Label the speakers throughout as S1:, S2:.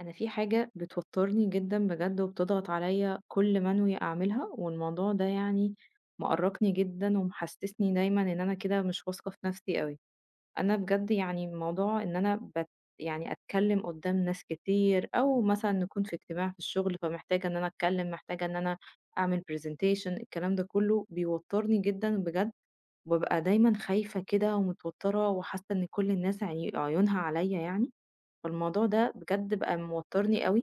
S1: انا في حاجة بتوترني جدا بجد وبتضغط عليا كل ما انوي اعملها، والموضوع ده يعني مقرقني جدا ومحسسني دايما ان انا كده مش واثقة في نفسي قوي. انا بجد يعني موضوع ان انا بت يعني اتكلم قدام ناس كتير، او مثلا نكون في اجتماع في الشغل، فمحتاجة ان انا اتكلم، محتاجة ان انا اعمل برزنتيشن، الكلام ده كله بيوترني جدا بجد. وببقى دايما خايفة كده ومتوترة وحاسة ان كل الناس عيونها عليا يعني. فالموضوع ده بجد بقى موترني قوي،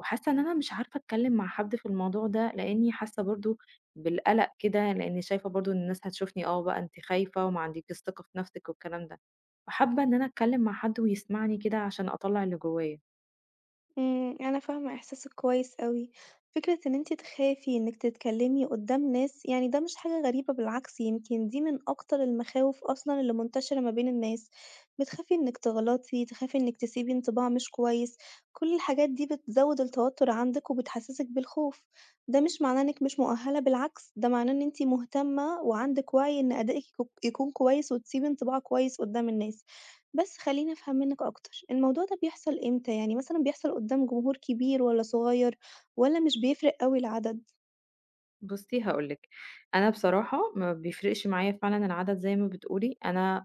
S1: وحاسه ان انا مش عارفه اتكلم مع حد في الموضوع ده، لاني حاسه برضو بالقلق كده، لاني شايفه برضو ان الناس هتشوفني، اه بقى انت خايفه وما عندكيش ثقه في نفسك والكلام ده. فحابه ان انا اتكلم مع حد ويسمعني كده عشان اطلع اللي جوايا.
S2: إمم، أنا فاهمة إحساسِك كويس أوي، فكرة إن أنتِ تخافي إنِك تتكلمي قدّام ناس يعني ده مش حاجة غريبة بالعكس يمكن دي من أكتر المخاوف أصلًا اللي منتشرة ما بين الناس، بتخافي إنِك تغلطي، تخافي إنِك تسيبي انطباع مش كويس، كل الحاجات دي بتزود التوتر عندِك وبتحسسِك بالخوف، ده مش معناه إنِك مش مؤهلة بالعكس، ده معناه إن أنتِ مهتمة وعندِك وعي إن أدائِك يكون كويس وتسيبي انطباع كويس قدّام الناس. بس خلّيني أفهم منِّك أكتر، الموضوع ده بيحصل إمتى؟ يعني مثلًا بيحصل قدّام جمهور كبير والّا صغير والّا مش بيفرق أوي العدد؟
S1: بصي هقولك، انا بصراحه ما بيفرقش معايا فعلا العدد زي ما بتقولي. انا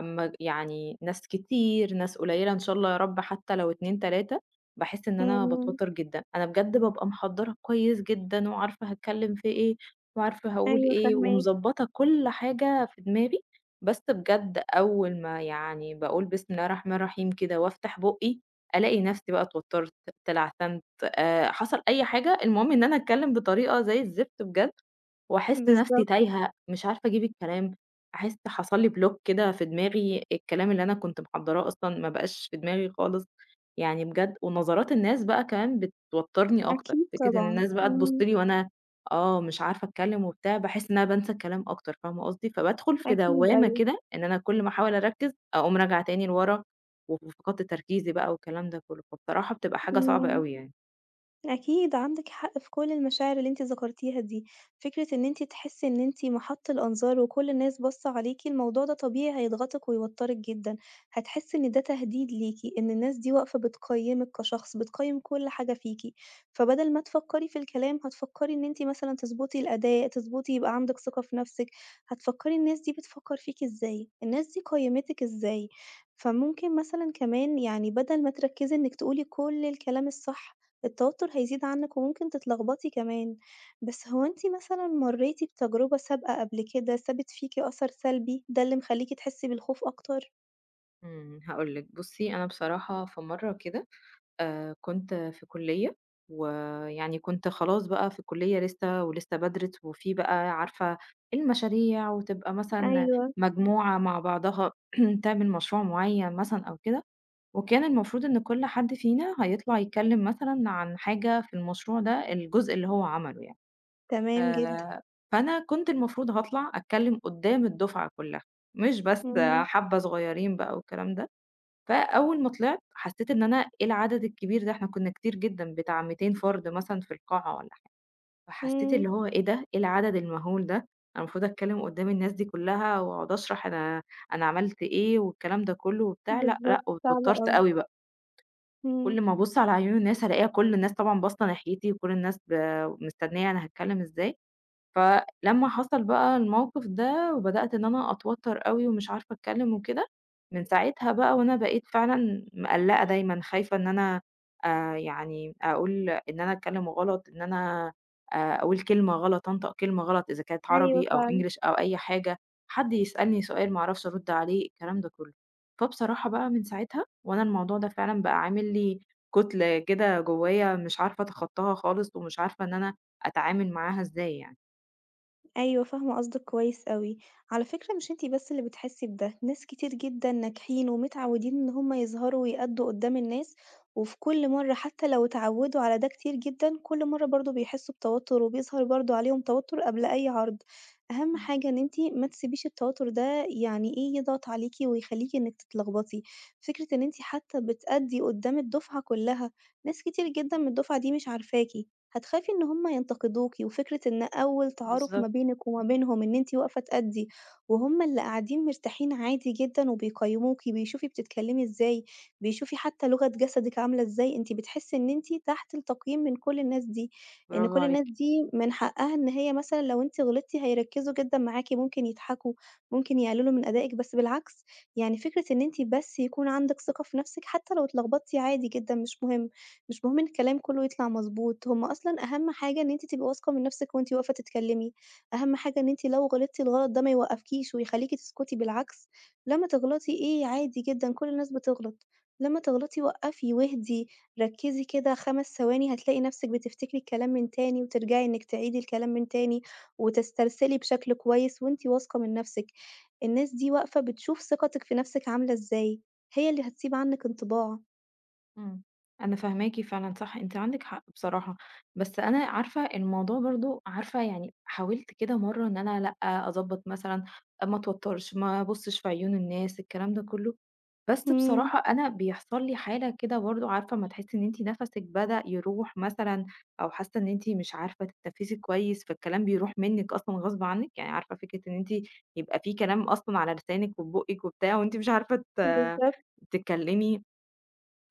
S1: أمّا يعني ناس كتير، ناس قليّلة إن شاء الله يا رب، حتى لو 2، 3، باحس إن أنا
S2: إمم،
S1: باتوتّر جدًا. أنا بجد بابقى محضّرة كويس جدًا وعارفة هاتكلّم في إيه، وعارفة هاقول
S2: أيوه
S1: إيه،
S2: فاهماك،
S1: ومضبّطة كل حاجة في دماغي. بس بجد أول ما يعني باقول بسم الله الرحمن الرحيم كده وافتح بُقّي، ألاقي نفسي بقى اتوتّرت، اتلعثمت، حصل أي حاجة، المهم إن أنا أتكلّم بطريقة زي الزفت بجد. واحس نفسي
S2: بالضبط،
S1: تايهة، مش عارفة أجيب الكلام، أحس حصل لي block كده في دماغي، الكلام اللي أنا كنت محضراه أصلًا ما بقاش في دماغي خالص. يعني بجد، ونظرات الناس بقى كمان بتوترني أكتر،
S2: أكيد
S1: فكرة إن
S2: طبعًا،
S1: الناس بقى تبُص
S2: إمم،
S1: لي وأنا آه، مش عارفة أتكلم وبتاع، باحس إن أنا بانسى الكلام أكتر، فاهمة قصدي؟ فبادخل في
S2: أكيد
S1: دوامة
S2: أيوه،
S1: كده، إن أنا كل ما أحاول أركز أقوم راجعة تاني لورا، وفقدت تركيزي بقى والكلام ده كله، فبصراحة بتبقى حاجة صعبة
S2: إمم.
S1: أوي يعني.
S2: أكيد عندِك حق في كل المشاعر اللي أنتِ ذكرتيها دي، فكرة إن أنتِ تحسي إن أنتِ محَط الأنظار وكل الناس باصة عليكِ، الموضوع ده طبيعي هيضغطِك ويوتّرِك جدًا، هتحسي إن ده تهديد ليكِ، إن الناس دي واقفة بتقيّمِك كشخص، بتقيّم كل حاجة فيكِ، فبدل ما تفكّري في الكلام هتفكّري إن أنتِ مثلًا تضبطي الأداء، تضبطي يبقى عندِك ثقة في نفسِك، هتفكّري الناس دي بتفكّر فيكِ إزاي، الناس دي قيّمتِك إزاي، فممكن مثلًا كمان يعني بدل ما تركّزي إنِك تقولي كل الكلام الصح، التوتر هيزيد عنِّك وممكن تتلخبطي كمان. بس هو أنتِ مثلًا مرّيتِ بتجربة سابقة قبل كده سابت فيكِ أثر سلبي، ده اللي مخلّيكِ تحسّي بالخوف أكتر؟
S1: إمم، هاقول لِك. بُصّي، أنا بصراحة في مرة كده كنت في كُلّية، ويعني كنت خلاص بقى في الكُلّية، لسه ولسه بادرس، وفي بقى عارفة المشاريع، وتبقى مثلًا
S2: أيوه،
S1: مجموعة مع بعضها تعمل مشروع معيّن مثلًا أو كده، وكان المفروض إن كل حد فينا هيطلع يتكلّم مثلًا عن حاجة في المشروع ده، الجزء اللي هو عمله يعني.
S2: تمام جدًا.
S1: آآ فأنا كنت المفروض هاطلع أتكلّم قدّام الدفعة كلّها، مش بس
S2: اهم،
S1: حبّة صغيّرين بقى والكلام ده. فأول ما طلعت حسيت إن أنا إيه العدد الكبير ده، إحنا كنا كتير جدًا بتاع 200 فرد مثلًا في القاعة والّا حاجة، فحسيت
S2: إمم،
S1: اللي هو إيه ده، إيه العدد المهول ده، أنا المفروض أتكلم قدّام الناس دي كلّها وأقعد أشرح أنا عملت إيه والكلام ده كلّه وبتاع، لأ، لأ،
S2: بالضبط، صعب
S1: واتوترت
S2: أوي.
S1: أوي بقى.
S2: إمم.
S1: كل ما أبُص على عيون الناس ألاقيها كل الناس طبعًا باصة ناحيتي، وكل الناس مستنية أنا هاتكلم إزاي. فلمّا حصل بقى الموقف ده وبدأت إن أنا أتوتر أوي ومش عارفة أتكلم وكده، من ساعتها بقى وأنا بقيت فعلًا مقلّقة دايمًا، خايفة إن أنا يعني أقول إن أنا أتكلم غلط، إن أنا أقول كلمة غلط، أنطق كلمة غلط إذا كانت
S2: أيوه
S1: عربي أو
S2: فعلًا.
S1: English أو أي حاجة، حد يسألني سؤال ما أعرفش أرُد عليه، الكلام ده كله. فبصراحة بقى من ساعتها وأنا الموضوع ده فعلًا بقى عامل لي كُتْل كده جوايا، مش عارفة أتخطاها خالص، ومش عارفة إن أنا أتعامل معاها إزاي يعني.
S2: أيوه فاهمة قصدِك كويس أوي. على فكرة مش أنتِ بس اللي بتحسّي بده، ناس كتير جدًا ناجحين ومتعوّدين إن هم يظهروا ويأدّوا قدّام الناس، وفي كل مرّة حتى لو اتعوّدوا على ده كتير جدًا، كل مرّة برضه بيحسّوا بتوتُّر وبيظهر برضه عليهم توتُّر قبل أي عرض. أهم
S1: إمم،
S2: حاجة إن أنتِ ما تسيبيش التوتُّر ده يعني إيه، يضغط عليكِ ويخلّيكِ إنِّك تتلخبطي. فكرة إن أنتِ حتى بتأدّي قدّام الدُفعة كُلّها، ناس كتير جدًا من الدُفعة دي مش عارفاكِ. هتخافي إن هم ينتقدوكِ، وفكرة إن أول تعارُف ما
S1: بالضبط،
S2: بينِك وما بينهم إن أنتِ واقفة تأدّي، وهم اللي قاعدين مرتاحين عادي جدًا وبيقيّموكِ، بيشوفي بتتكلّمي إزاي، بيشوفي حتى لغة جسدِك عاملة إزاي، أنتِ بتحسّي إن أنتِ تحت التقييم من كل الناس دي، إن
S1: برافو
S2: كل الناس
S1: عليك.
S2: دي من حقّها إن هي مثلًا لو أنتِ غلطتِ هيركّزوا جدًا معاكِ، ممكن يضحكوا، ممكن يقللوا من أدائِك، بس بالعكس، يعني فكرة إن أنتِ بس يكون عندِك ثقة في نَفْسِك حتى لو اتلخبطتِ عادي جدًا مش مهم. مش مهم إن الكلام كلّه يطلع مضبوط، هم أصلًا أهم حاجة إن أنتِ تبقي واثقة من نفسِك وأنتِ واقفة تتكلمي، أهم حاجة إن أنتِ لو غلطتِ الغلط ده ما يوقّفكيش ويخلّيكِ تسكتي، بالعكس لمّا تغلطي إيه عادي جدًا كل الناس بتغلط، لمّا تغلطي وقّفي واهدي، ركّزي كده 5 ثواني هتلاقي نفسِك بتفتكري الكلام من تاني وترجعي إنِك تعيدي الكلام من تاني، وتسترسلي بشكل كويس وأنتِ واثقة من نفسِك، الناس دي واقفة بتشوف ثقتِك في نفسِك عاملة إزاي، هي اللي هتسيب عنِك انطباع.
S1: إمم. أنا فاهماكِ فعلًا صح، أنتِ عندِك حق بصراحة، بس أنا عارفة الموضوع برضه، عارفة يعني حاولت كده مرّة إن أنا لأ، أضبّط مثلًا، ما اتوتّرش، ما ابُصّش في عيون الناس، الكلام ده كُلّه، بس
S2: إمم،
S1: بصراحة أنا بيحصل لي حالة كده برضه، عارفة أمّا تحسّي إن أنتِ نَفَسِك بدأ يروح مثلًا، أو حاسّة إن أنتِ مش عارفة تتنفّسي كويس فالكلام بيروح منِّك أصلًا غصب عنِّك، يعني عارفة فكرة إن أنتِ يبقى في كلام أصلًا على لسانِك وفي بُقِّك وبتاع، وأنتِ مش عارفة
S2: بالضبط.
S1: تتكلّمي،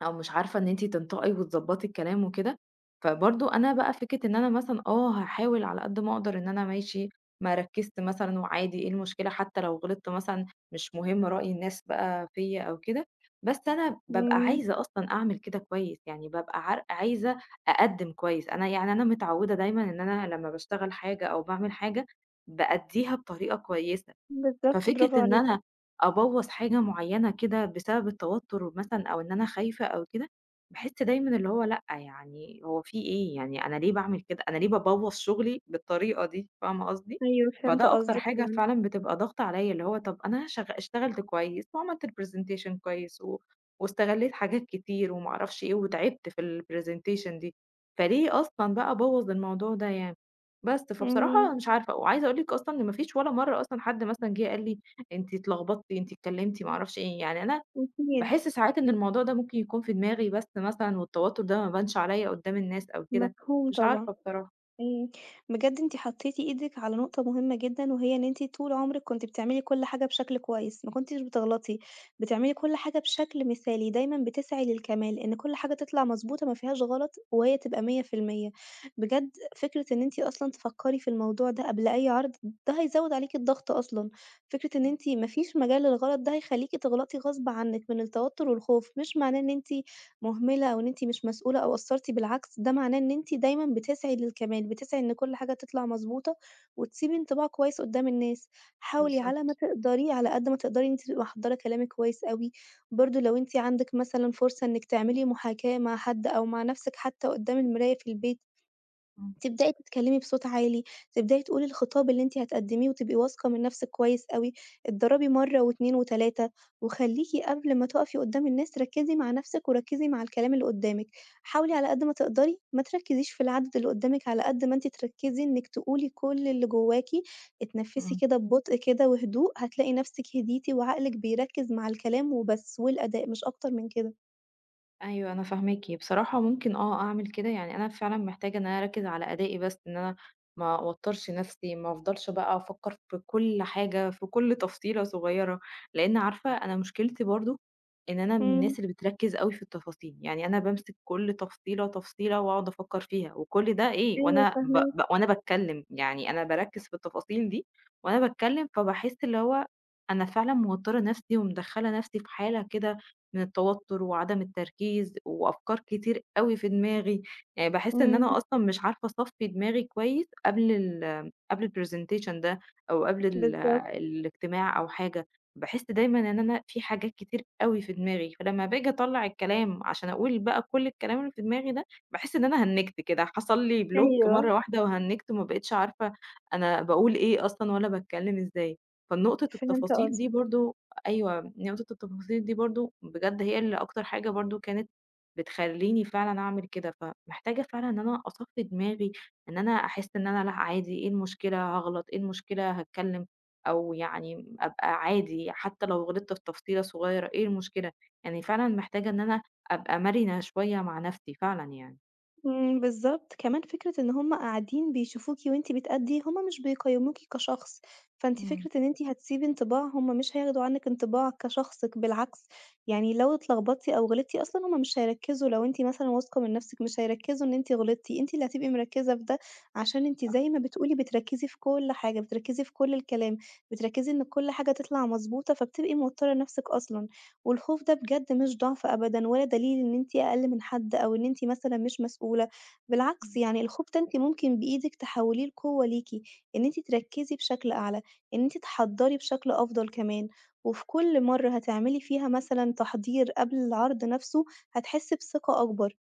S1: أو مش عارفة إن أنتِ تنطقي وتضبّطي الكلام وكده. فبرضه أنا بقى فكرة إن أنا مثلًا آه، هاحاول على قد ما أقدر إن أنا ماشي، ما ركّزت مثلًا وعادي، إيه المشكلة حتى لو غلطت مثلًا، مش مهم رأي الناس بقى فيّا أو كده. بس أنا بابقى
S2: إمم،
S1: عايزة أصلًا أعمل كده كويس، يعني بابقى عايزة أقدّم كويس، أنا يعني أنا متعوّدة دايمًا إن أنا لمّا باشتغل حاجة أو باعمل حاجة، بأدّيها بطريقة كويسة.
S2: بالضبط
S1: ففكرة
S2: برافو
S1: إن
S2: عليكِ،
S1: أنا أبوّظ حاجة معيّنة كده بسبب التوتُّر مثلًا أو إن أنا خايفة أو كده، باحس دايمًا اللي هو لأ، يعني هو في إيه، يعني أنا ليه باعمل كده، أنا ليه بابوّظ شُغلي بالطريقة دي، فاهمة قصدي؟
S2: أيوه فهمت
S1: فده أكتر
S2: قصدِك
S1: حاجة
S2: فعلًا،
S1: فعلًا بتبقى ضاغطة عليّا، اللي هو طَب أنا اشتغلت كويس وعملت الpresentation كويس و واستغلّيت حاجات كتير وما أعرفش إيه وتعبت في الpresentation دي، فليه أصلًا بقى أبوّظ الموضوع ده يعني؟ بس،
S2: إمم،
S1: فبصراحة مش عارفة. وعايزة أقول لِك أصلًا إن ما فيش ولا مرّة أصلًا حد مثلًا جِه قال لي أنتِ اتلخبطتِ، أنتِ اتكلمتِ، ما أعرفش إيه، يعني أنا
S2: أكيد،
S1: باحس ساعات إن الموضوع ده ممكن يكون في دماغي بس مثلًا، والتوتر ده ما بانش عليَّ قدّام الناس أو كده،
S2: مفهوم
S1: مش
S2: طبعًا.
S1: عارفة بصراحة.
S2: إمم، بجد أنتِ حطيتِ إيدِك على نقطة مهمة جدًا، وهي إن أنتِ طول عمرِك كنتِ بتعملي كل حاجة بشكل كويس، ما كنتيش بتغلطي، بتعملي كل حاجة بشكل مثالي، دايمًا بتسعي للكمال، إن كل حاجة تطلع مضبوطة ما فيهاش غلط، وهي تبقى 100%. بجد فكرة إن أنتِ أصلًا تفكّري في الموضوع ده قبل أي عرض، ده هيزوّد عليكِ الضغط أصلًا، فكرة إن أنتِ ما فيش مجال للغلط ده هيخليكِ تغلطي غصب عنِك من التوتر والخوف، مش معناه إن أنتِ مهملة أو إن أنتِ مش مسؤولة أو قصّرتِ، بالعكس ده معناه إن أنتِ دايمًا بتسعي للكمال، بتسعي إن كل حاجة تطلع مضبوطة وتسيبي انطباع كويس قدّام الناس. حاولي على ما
S1: بالضبط،
S2: تقدري، على قد ما تقدري إن أنتِ تبقي محضّرة كلامِك كويس أوي، برضه لو أنتِ عندِك مثلًا فرصة إنِّك تعملي محاكاة مع حد أو مع نَفْسِك حتى قدّام المراية في البيت،
S1: إمم،
S2: تبدئي تتكلمي بصوت عالي، تبدئي تقولي الخطاب اللي أنتِ هتقدميه وتبقي واثقة من نفسِك كويس أوي، اتدربي مرة و2 و3 وخليكِ قبل ما تقفي قدام الناس ركزي مع نفسِك وركزي مع الكلام اللي قدامِك، حاولي على قد ما تقدري ما تركزيش في العدد اللي قدامِك على قد ما أنتِ تركزي إنِك تقولي كل اللي جواكِ، اتنفسي
S1: إمم.
S2: كده ببطء كده وهدوء، هتلاقي نفسِك هديتِ وعقلِك بيركز مع الكلام وبس والأداء مش أكتر من كده.
S1: أيوه أنا فاهماكِ، بصراحة ممكن آه أعمل كده، يعني أنا فعلًا محتاجة إن أنا أركّز على أدائي بس، إن أنا ما أوتّرش نَفْسي، ما أفضلش بقى أفكّر في كل حاجة، في كل تفصيلة صغيّرة، لإن عارفة أنا مشكلتي برضه إن أنا من
S2: إمم،
S1: الناس اللي بتركّز أوي في التفاصيل، يعني أنا بامسك كل تفصيلة، تفصيلة وأقعد أفكّر فيها، وكل ده إيه
S2: أيوه
S1: وأنا ب
S2: فاهماك،
S1: ب وأنا باتكلّم، يعني أنا باركّز في التفاصيل دي وأنا باتكلّم، فباحس اللي هو أنا فعلًا موتّرة نَفْسي ومدخّلة نَفْسي في حالة كده من التوتر وعدم التركيز وأفكار كتير أوي في دماغي، يعني باحس إن
S2: إمم،
S1: أنا أصلًا مش عارفة أصفّي دماغي كويس قبل الpresentation ده، أو قبل ال
S2: بالضبط،
S1: الاجتماع أو حاجة. باحس دايمًا إن أنا في حاجات كتير أوي في دماغي، فلمّا باجي أطلّع الكلام عشان أقول بقى كل الكلام اللي في دماغي ده، باحس إن أنا هنِّجت كده، حصل لي block
S2: أيوه،
S1: مرّة واحدة وهنِّجت، وما بقيتش عارفة أنا باقول إيه أصلًا ولا باتكلم إزاي. فنقطة
S2: فهمت
S1: التفاصيل دي
S2: قصدك.
S1: برضه أيوه، نقطة التفاصيل دي برضه بجد هي اللي أكتر حاجة برضه كانت بتخلّيني فعلًا أعمل كده، فمحتاجة فعلًا إن أنا أصفّي دماغي، إن أنا أحس إن أنا لأ عادي، إيه المشكلة هاغلط، إيه المشكلة هاتكلّم، أو يعني أبقى عادي حتى لو غلطت في تفصيلة صغيّرة، إيه المشكلة، يعني فعلًا محتاجة إن أنا أبقى مرنة شوية مع نَفْسي فعلًا يعني.
S2: إمم، بالضبط، كمان فكرة إن هُم قاعدين بيشوفوكِ وأنتِ بتأدّي، هُم مش بيقيّموكِ كشخص، فأنتِ
S1: إمم،
S2: فكرة إن أنتِ هتسيبي انطباع، هُم مش هياخدوا عنِّك انطباع كشخصِك، بالعكس، يعني لو اتلخبطتِ أو غلطتِ أصلًا هُم مش هيركّزوا، لو أنتِ مثلًا واثقة من نفسِك مش هيركّزوا إن أنتِ غلطتِ، أنتِ اللي هتبقي مركّزة في ده، عشان أنتِ
S1: صح.
S2: زي ما بتقولي بتركّزي في كل حاجة، بتركّزي في كل الكلام، بتركّزي إن كل حاجة تطلع مضبوطة، فبتبقي موتّرة نفسِك أصلًا. والخوف ده بجد مش ضعف أبدًا ولا دليل إن أنتِ أقل من حد أو إن أنتِ مثلًا مش مسؤولة، بالعكس يعني الخوف ده أنتِ ممكن بإيدِك تحوليه لقوة ليكِ، إن أنتِ تركّزي بشكل أعلى، إن أنتِ تحضّري بشكل أفضل كمان، وفي كل مرّة هتعملي فيها مثلًا تحضير قبل العرض نَفْسه هتحسّي بثقة أكبر.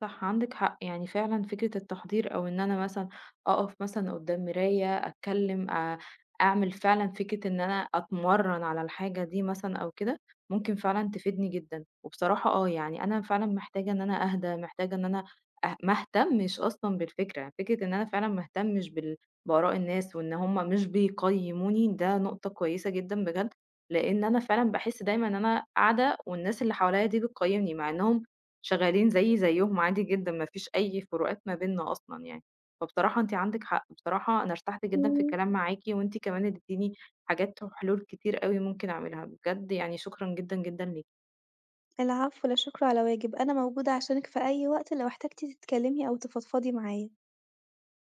S1: صح عندِك حق، يعني فعلًا فكرة التحضير، أو إن أنا مثلًا أقف مثلًا قدّام مراية، أتكلم، أعمل فعلًا فكرة إن أنا أتمرن على الحاجة دي مثلًا أو كده، ممكن فعلًا تفيدني جدًا. وبصراحة آه، يعني أنا فعلًا محتاجة إن أنا أهدى، محتاجة إن أنا أه ما اهتمش أصلًا بالفكرة، فكرة إن أنا فعلًا ما اهتمش بآراء الناس وإن هم مش بيقيموني، ده نقطة كويسة جدًا بجد، لإن أنا فعلًا باحس دايمًا إن أنا قاعدة والناس اللي حواليّا دي بتقيمني، مع إنهم شغالين زيي زيّهم عادي جدًا، ما فيش أي فروقات ما بيننا أصلًا يعني. فبصراحة أنتِ عندِك حق، بصراحة أنا ارتحت جدًا في
S2: إمم،
S1: الكلام معاكِ، وأنتِ كمان اديتيني حاجات وحلول كتير أوي ممكن أعملها، بجد يعني شكرًا جدًا، جدًا ليكِ.
S2: العفو، لا شكر على واجب، أنا موجودة عشانِك في أي وقت لو احتجتِ تتكلمي أو تفضفضي معايا.